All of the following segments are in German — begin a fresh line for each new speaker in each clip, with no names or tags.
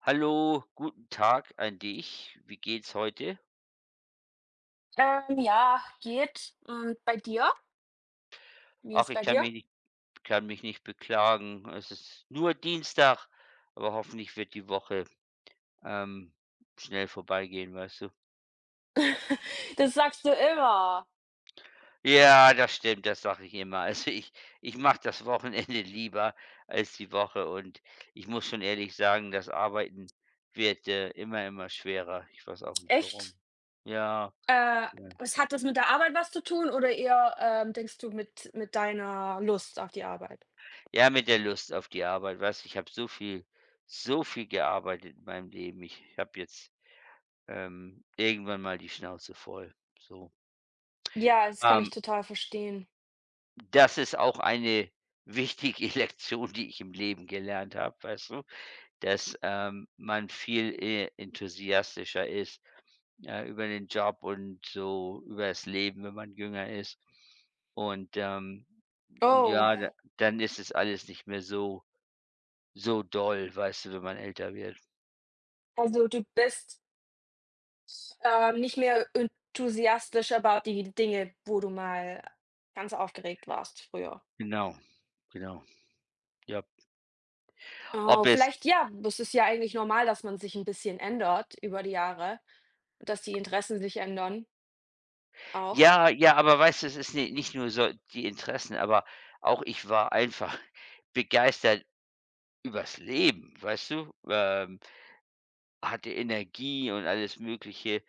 Hallo, guten Tag an dich. Wie geht's heute?
Ja, geht. Und bei dir? Wie
Ach,
ist
ich
bei
kann
dir?
mich nicht, kann mich nicht beklagen. Es ist nur Dienstag, aber hoffentlich wird die Woche ähm, schnell vorbeigehen, weißt du?
Das sagst du immer.
Ja, das stimmt, das sage ich immer. Also ich mache das Wochenende lieber als die Woche und ich muss schon ehrlich sagen, das Arbeiten wird immer, immer schwerer. Ich weiß auch nicht warum.
Echt?
Ja.
Äh,
Ja.
Was hat das mit der Arbeit was zu tun oder eher, denkst du mit deiner Lust auf die Arbeit?
Ja, mit der Lust auf die Arbeit, weißt du, ich habe so viel gearbeitet in meinem Leben. Ich habe jetzt, irgendwann mal die Schnauze voll, so.
Ja, das kann ich
Ähm,
total verstehen.
Das ist auch eine wichtige Lektion, die ich im Leben gelernt habe, weißt du, dass, man viel e enthusiastischer ist, über den Job und so über das Leben, wenn man jünger ist. Und,
Oh,
ja, da dann ist es alles nicht mehr so doll, weißt du, wenn man älter wird.
also du bist, nicht mehr enthusiastisch about die Dinge, wo du mal ganz aufgeregt warst früher.
Genau, genau. Ja. Ob
Oh,
es
vielleicht ja, es ist ja eigentlich normal, dass man sich ein bisschen ändert über die Jahre, dass die Interessen sich ändern. Auch?
Ja, ja, aber weißt du, es ist ni nicht nur so die Interessen, aber auch ich war einfach begeistert übers Leben, weißt du? Hatte Energie und alles Mögliche.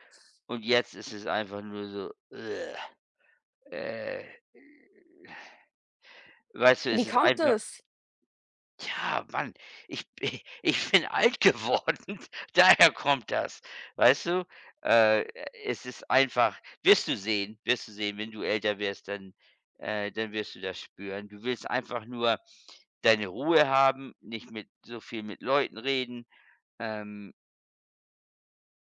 Und jetzt ist es einfach nur so, äh, weißt du, es
Wie
ist
kommt
einfach.
es?
Ja, Mann, ich ich bin alt geworden, daher kommt das, weißt du? Äh, Es ist einfach, wirst du sehen, wenn du älter wirst, dann wirst du das spüren. Du willst einfach nur deine Ruhe haben, nicht mit so viel mit Leuten reden. Ähm,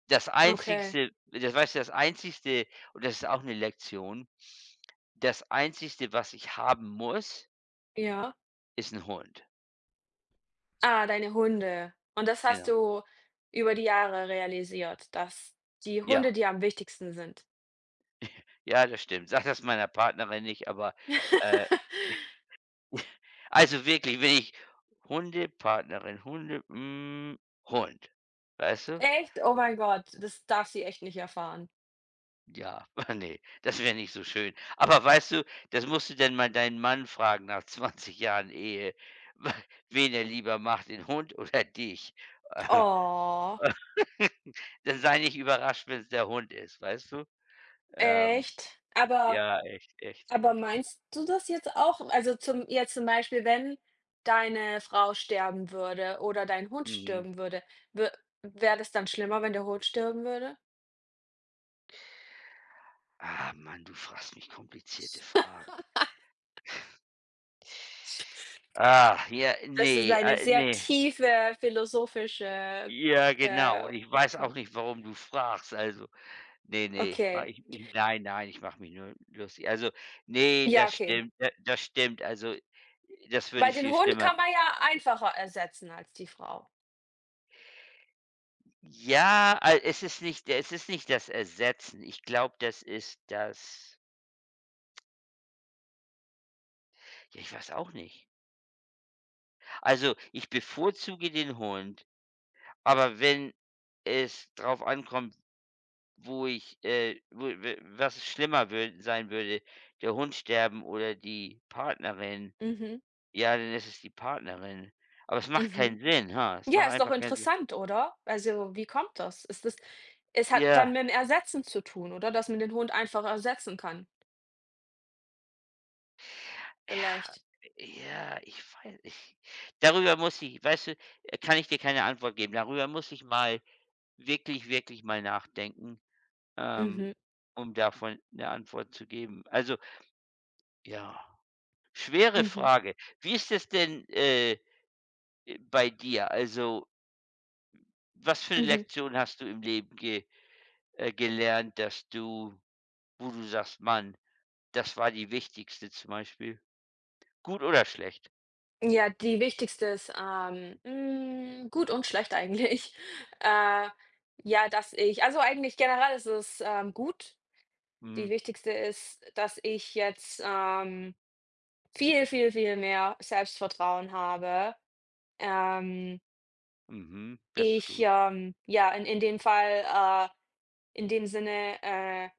Das
Okay,
einzigste, das weißt du, das einzigste, und das ist auch eine Lektion, das einzigste, was ich haben muss,
ja.
ist ein Hund.
Ah, deine Hunde. Und das hast
Genau.
du über die Jahre realisiert, dass die
Ja.
Hunde dir am wichtigsten sind?
Ja, das stimmt. Sag das meiner Partnerin nicht, aber, äh also wirklich, wenn ich Hunde, Partnerin, Hunde, Hund. Weißt du?
Echt? Oh mein Gott, das darf sie echt nicht erfahren.
Ja, nee, das wäre nicht so schön. Aber weißt du, das musst du denn mal deinen Mann fragen nach 20 Jahren Ehe, wen er lieber macht, den Hund oder dich.
Oh,
Dann sei nicht überrascht, wenn es der Hund ist, weißt du? Ähm,
echt? Aber
ja, echt, echt,
aber
echt.
meinst du das jetzt auch? Also, zum jetzt zum Beispiel, wenn deine Frau sterben würde oder dein Hund
Mhm.
sterben würde, wäre das dann schlimmer, wenn der Hund sterben würde?
Ah, Mann, du fragst mich komplizierte Fragen. Ah, ja,
Das ist
ne,
eine sehr
ne.
tiefe philosophische,
Ja, genau.
äh
Und ich weiß auch
Ka-
nicht, warum du fragst. Also, ne, ne, ma
okay.
ich ich nein, nein, ich mache mich nur lustig. Also, nee,
Ja,
das
okay.
stimmt, da das stimmt. Also, das würde
Weil den
viel
Hund
schlimmer.
kann man ja einfacher ersetzen als die Frau.
Ja, al es ist nicht das Ersetzen. Ich glaube, das ist das, ja, ich weiß auch nicht. Also, ich bevorzuge den Hund, aber wenn es drauf ankommt. Wo ich, wo we was schlimmer wür sein würde, der Hund sterben oder die Partnerin.
Mhm,
Ja, dann ist es die Partnerin. Aber es macht
mhm.
keinen Sinn, ha? Es
Ja,
macht
ist doch
einfach keinen Sinn.
interessant, oder? Also, wie kommt das? Ist das Es hat dann
Ja,
mit dem Ersetzen zu tun, oder? Dass man den Hund einfach ersetzen kann,
ja,
vielleicht.
ja, ich weiß, ich, darüber muss ich, weißt du, kann ich dir keine Antwort geben. Darüber muss ich mal wirklich, wirklich mal nachdenken, ähm,
Mhm,
um davon eine Antwort zu geben. Also, ja, schwere
mhm,
Frage. Wie ist es denn, bei dir? Also, was für eine
mhm.
Lektion hast du im Leben ge gelernt, dass du, wo du sagst: „Mann, das war die wichtigste zum Beispiel?" Gut oder schlecht?
Ja, die wichtigste ist, gut und schlecht eigentlich. Äh, ja, dass ich also eigentlich generell ist es, gut. Die
Mhm,
wichtigste ist, dass ich jetzt, viel, viel, viel mehr Selbstvertrauen habe. Ähm,
mhm, das ist gut.
ja, in dem Fall, in dem Sinne, äh,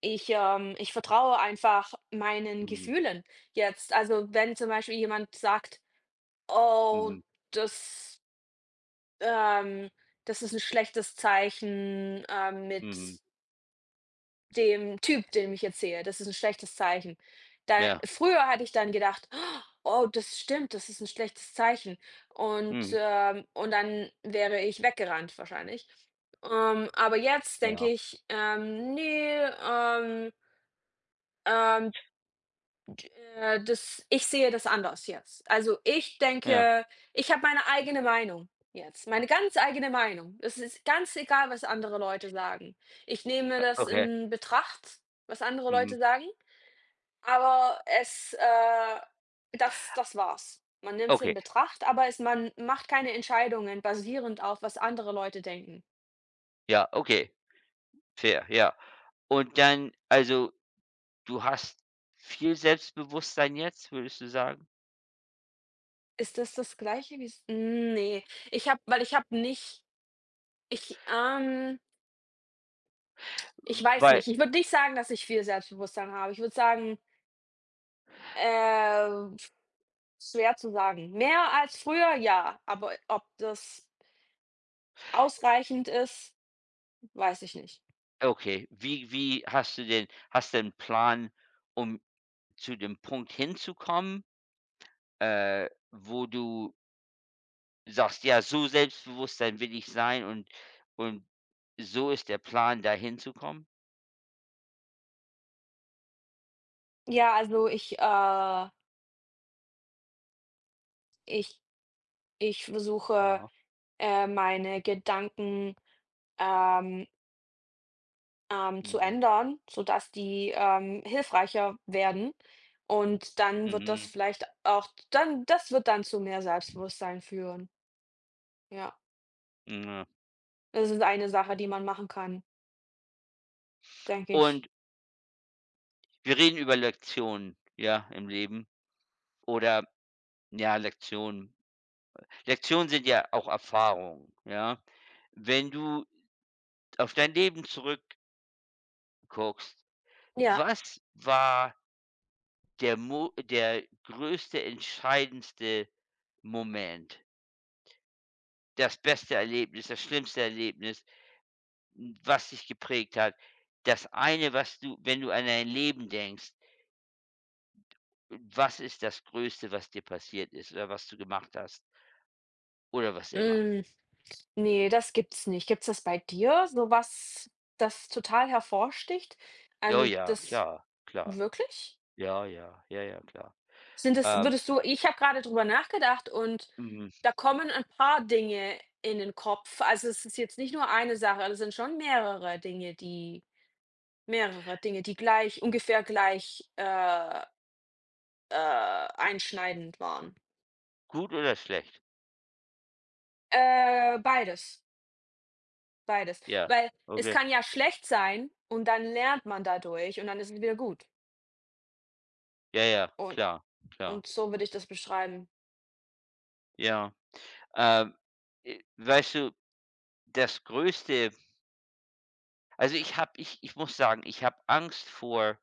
ich, ähm ich vertraue einfach meinen
Mhm,
Gefühlen jetzt. Also, wenn zum Beispiel jemand sagt: „Oh,
mhm,
das ähm, das ist ein schlechtes Zeichen,
mhm,
mit" dem Typ, dem ich jetzt sehe, das ist ein schlechtes Zeichen. Da
ja,
früher hatte ich dann gedacht: „Oh, das stimmt, das ist ein schlechtes Zeichen." Und,
mhm,
und dann wäre ich weggerannt wahrscheinlich. Aber jetzt denke
ja,
ich: „Ne, ähm, das ich sehe das anders jetzt. Also, ich
ja,
denke, ich habe meine eigene Meinung jetzt, meine ganz eigene Meinung. Es ist ganz egal, was andere Leute sagen. Ich nehme das
okay,
in Betracht, was andere
mhm,
Leute sagen, aber das war's. Man nimmt es in
okay,
Betracht, aber es man macht keine Entscheidungen basierend auf, was andere Leute denken.
ja, okay, fair, ja. Und dann also, du hast viel Selbstbewusstsein jetzt, würdest du sagen?
Ist das das Gleiche wie? Nee. Ich habe, weil ich habe nicht, ich, ich weiß
Weil,
nicht. Ich würde nicht sagen, dass ich viel Selbstbewusstsein habe. Ich würde sagen, äh, schwer zu sagen. Mehr als früher, ja, aber ob das ausreichend ist, weiß ich nicht.
okay, wie hast du 'n Plan, um zu dem Punkt hinzukommen, wo du sagst: „Ja, so Selbstbewusstsein will ich sein, und so ist der Plan, da hinzukommen?"
Ja, also ich ich versuche,
Ja.
meine Gedanken, ähm, zu
Mhm.
ändern, sodass die, hilfreicher werden und dann wird das
Mhm,
vielleicht auch dann das wird dann zu mehr Selbstbewusstsein führen, ja.
ja.
Das ist eine Sache, die man machen kann, denke
Und
ich.
wir reden über Lektionen, ja, im Leben, oder ja, Lektionen. Lektionen sind ja auch Erfahrungen, ja? Wenn du auf dein Leben zurückguckst,
Ja,
was war der größte, entscheidendste Moment? Das beste Erlebnis, das schlimmste Erlebnis, was dich geprägt hat. Das eine, was du, wenn du an dein Leben denkst, was ist das Größte, was dir passiert ist oder was du gemacht hast oder was immer?
hm, ne, das gibt's nicht. Gibt's das bei dir, so was, das total hervorsticht?
Ja,
Also,
ja,
das
klar, klar.
wirklich?
Ja, ja, ja, ja, klar.
Sind es?
Ähm,
Würdest du Ich habe gerade drüber nachgedacht und
mhm.
da kommen ein paar Dinge in den Kopf. Also, es ist jetzt nicht nur eine Sache, also, es sind schon mehrere Dinge, die gleich ungefähr gleich, äh, einschneidend waren.
Gut oder schlecht?
Beides. Beides.
Ja,
Weil es
okay.
kann ja schlecht sein und dann lernt man dadurch und dann ist es wieder gut.
Ja, ja,
Und
klar, klar.
und so würde ich das beschreiben.
Ja, ähm, weißt du, das Größte, also, ich muss sagen, ich habe Angst vor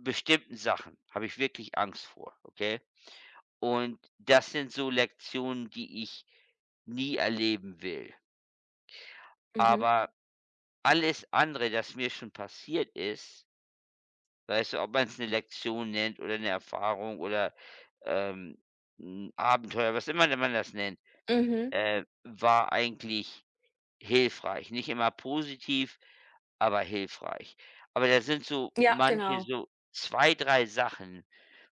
bestimmten Sachen, habe ich wirklich Angst vor, okay? Und das sind so Lektionen, die ich nie erleben will.
Mhm.
Aber alles andere, das mir schon passiert ist, weißt du, ob man es eine Lektion nennt oder eine Erfahrung oder, ähm, 'n Abenteuer, was immer man das nennt,
Mhm.
war eigentlich hilfreich. Nicht immer positiv, aber hilfreich. Aber da sind so
Ja,
manche,
genau.
so 2, 3 Sachen,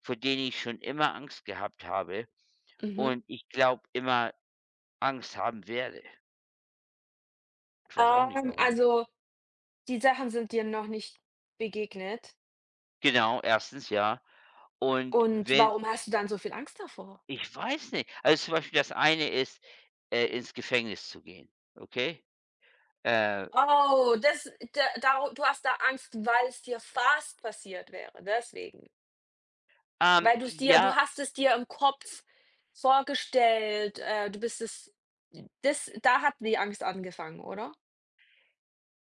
vor denen ich schon immer Angst gehabt habe.
Mhm.
Und ich glaube, immer Angst haben werde. Ich weiß auch nicht warum.
Also, die Sachen sind dir noch nicht begegnet
Genau, erstens, ja. Und
und
wenn
warum hast du dann so viel Angst davor?
ich, weiß nicht. Also, zum Beispiel, das eine ist, ins Gefängnis zu gehen, okay? Äh,
Oh, das da daro du hast da Angst, weil es dir fast passiert wäre, deswegen. Weil du's dir Du
ja,
hast es dir im Kopf vorgestellt, du bist es das da hat die Angst angefangen, oder?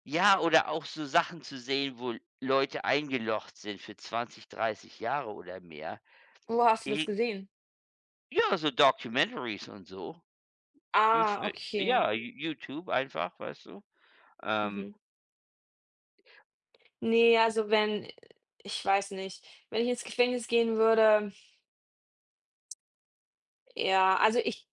ja, oder auch so Sachen zu sehen, wo Leute eingelocht sind für 20, 30 Jahre oder mehr.
Wo hast du das
I
gesehen?
Ja, so Documentaries und so. Und f
Ah, okay.
ja, YouTube einfach, weißt du? Ähm
Mhm. Ne, also wenn ich weiß nicht, wenn ich ins Gefängnis gehen würde. Ja, also ich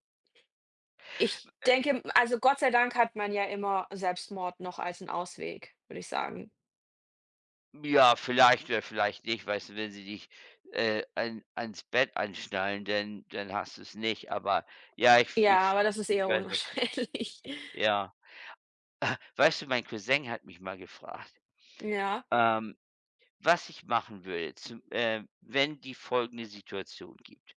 ich denke, also Gott sei Dank hat man ja immer Selbstmord noch als 'n Ausweg, würde ich sagen.
Ja, vielleicht oder vielleicht nicht, weißt du, wenn sie dich, an ans Bett anschnallen, dann hast du es nicht. Aber ja, ich ich
Ja, aber das ist
ich
eher
weiß, was,
unwahrscheinlich.
ja. Weißt du, mein Cousin hat mich mal gefragt,
Ja,
ähm, was ich machen würde, zum wenn die folgende Situation gibt,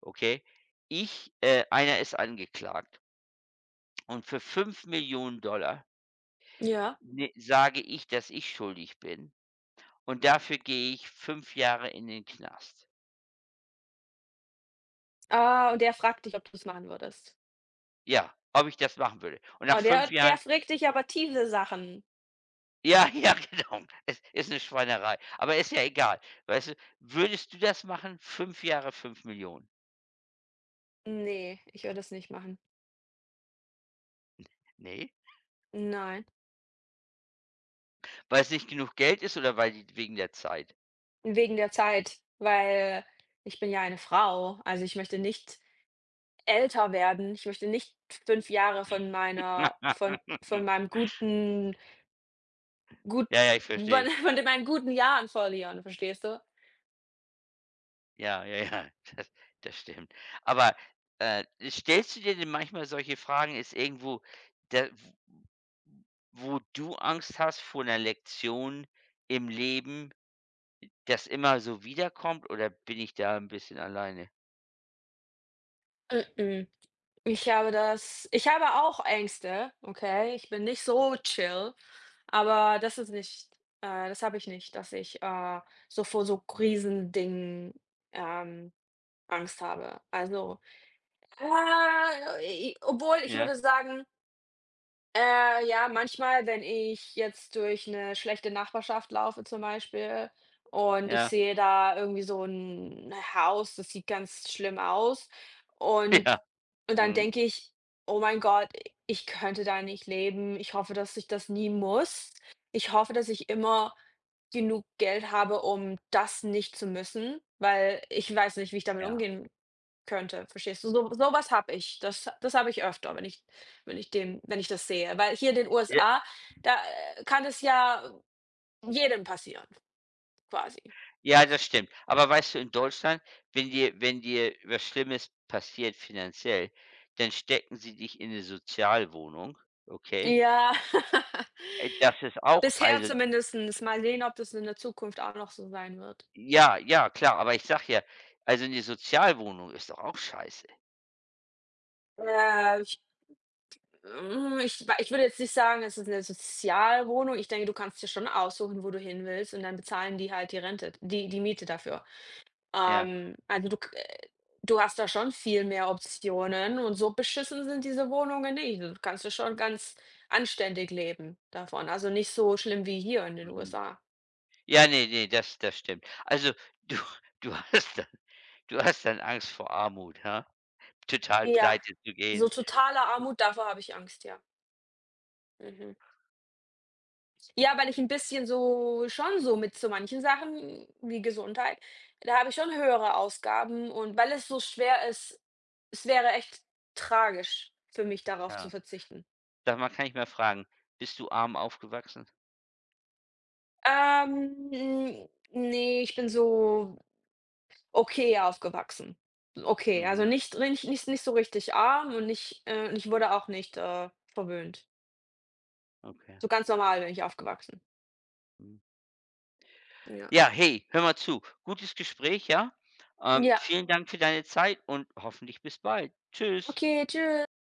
okay? Ich einer ist angeklagt und für 5.000.000,
ja.
ne, sage ich, dass ich schuldig bin und dafür gehe ich 5 Jahre in den Knast.
Ah, und der fragt dich, ob du's machen würdest?
Ja, ob ich das machen würde. Und nach
Oh,
fünf
der
Jahren
der fragt dich aber tiefe Sachen.
ja, ja, genau. Es ist eine Schweinerei, aber ist ja egal. Weißt du, würdest du das machen? 5 Jahre, 5.000.000.
Ne, ich würde das nicht machen.
Ne,
Nein,
es nicht genug Geld ist oder weil die, wegen der Zeit?
wegen der Zeit, weil ich bin ja eine Frau. Also, ich möchte nicht älter werden. Ich möchte nicht 5 Jahre von meiner von meinem guten gut
Ja, ja, ich
von
verstehe.
von meinen guten Jahren verlieren, verstehst du?
Ja, ja, ja, das das stimmt. Aber, äh, stellst du dir denn manchmal solche Fragen? Ist irgendwo da, wo du Angst hast vor einer Lektion im Leben, das immer so wiederkommt, oder bin ich da ein bisschen alleine?
mm Ich habe auch Ängste, okay? Ich bin nicht so chill, aber das ist nicht, das habe ich nicht, dass ich, so vor so Riesendingen, ähm, Angst habe. Also, äh, i i obwohl, ich
Ja,
würde sagen, ja, manchmal, wenn ich jetzt durch 'ne schlechte Nachbarschaft laufe zum Beispiel und ich
ja,
sehe da irgendwie so 'n Haus, das sieht ganz schlimm aus
ja.
und dann
Mhm.
denke ich: „Oh mein Gott, i ich könnte da nicht leben. Ich hoffe, dass ich das nie muss. Ich hoffe, dass ich immer genug Geld habe, um das nicht zu müssen, weil ich weiß nicht, wie ich damit
Ja.
umgehen könnte." Verstehst du? So was habe ich. Das habe ich öfter, wenn ich wenn ich das sehe. Weil hier in den
J
USA, da, kann es ja jedem passieren quasi.
Ja, das stimmt. Aber weißt du, in Deutschland, wenn dir was Schlimmes passiert finanziell, dann stecken sie dich in eine Sozialwohnung, okay?
Ja.
Das ist auch
Bisher
also,
zumindestens. Mal sehen, ob das in der Zukunft auch noch so sein wird.
ja, ja, klar, aber ich sag ja, also eine Sozialwohnung ist doch auch scheiße.
Ich hm, ich wei Ich würde jetzt nicht sagen, es ist eine Sozialwohnung. Ich denke, du kannst dir schon aussuchen, wo du hin willst und dann bezahlen die halt die Miete dafür.
Ja,
Also du hast da schon viel mehr Optionen und so beschissen sind diese Wohnungen nicht. Du kannst ja schon ganz anständig leben davon, also nicht so schlimm wie hier in den
mhm.
USA.
Ja, nee, nee, das stimmt. Also, du du hast dann, Angst vor Armut, ha? Total
Ja,
pleite zu
so
gehen.
totale Armut, davor habe ich Angst, ja. Mhm. Ja, weil ich ein bisschen so schon so mit so manchen Sachen wie Gesundheit, da habe ich schon höhere Ausgaben und weil es so schwer ist, es wäre echt tragisch für mich, darauf zu
Ja.
verzichten.
Da mal, kann ich mal fragen, bist du arm aufgewachsen?
Ähm, ne, ich bin so okay aufgewachsen. Okay, also
Mhm,
nicht so richtig arm und nicht, und ich wurde auch nicht, verwöhnt.
okay.
So ganz normal bin ich aufgewachsen.
Mhm.
Ja.
Ja, hey, hör mal zu. Gutes Gespräch, ja?
Ja.
Vielen Dank für deine Zeit und hoffentlich bis bald. Tschüss.
Okay, Tschüss.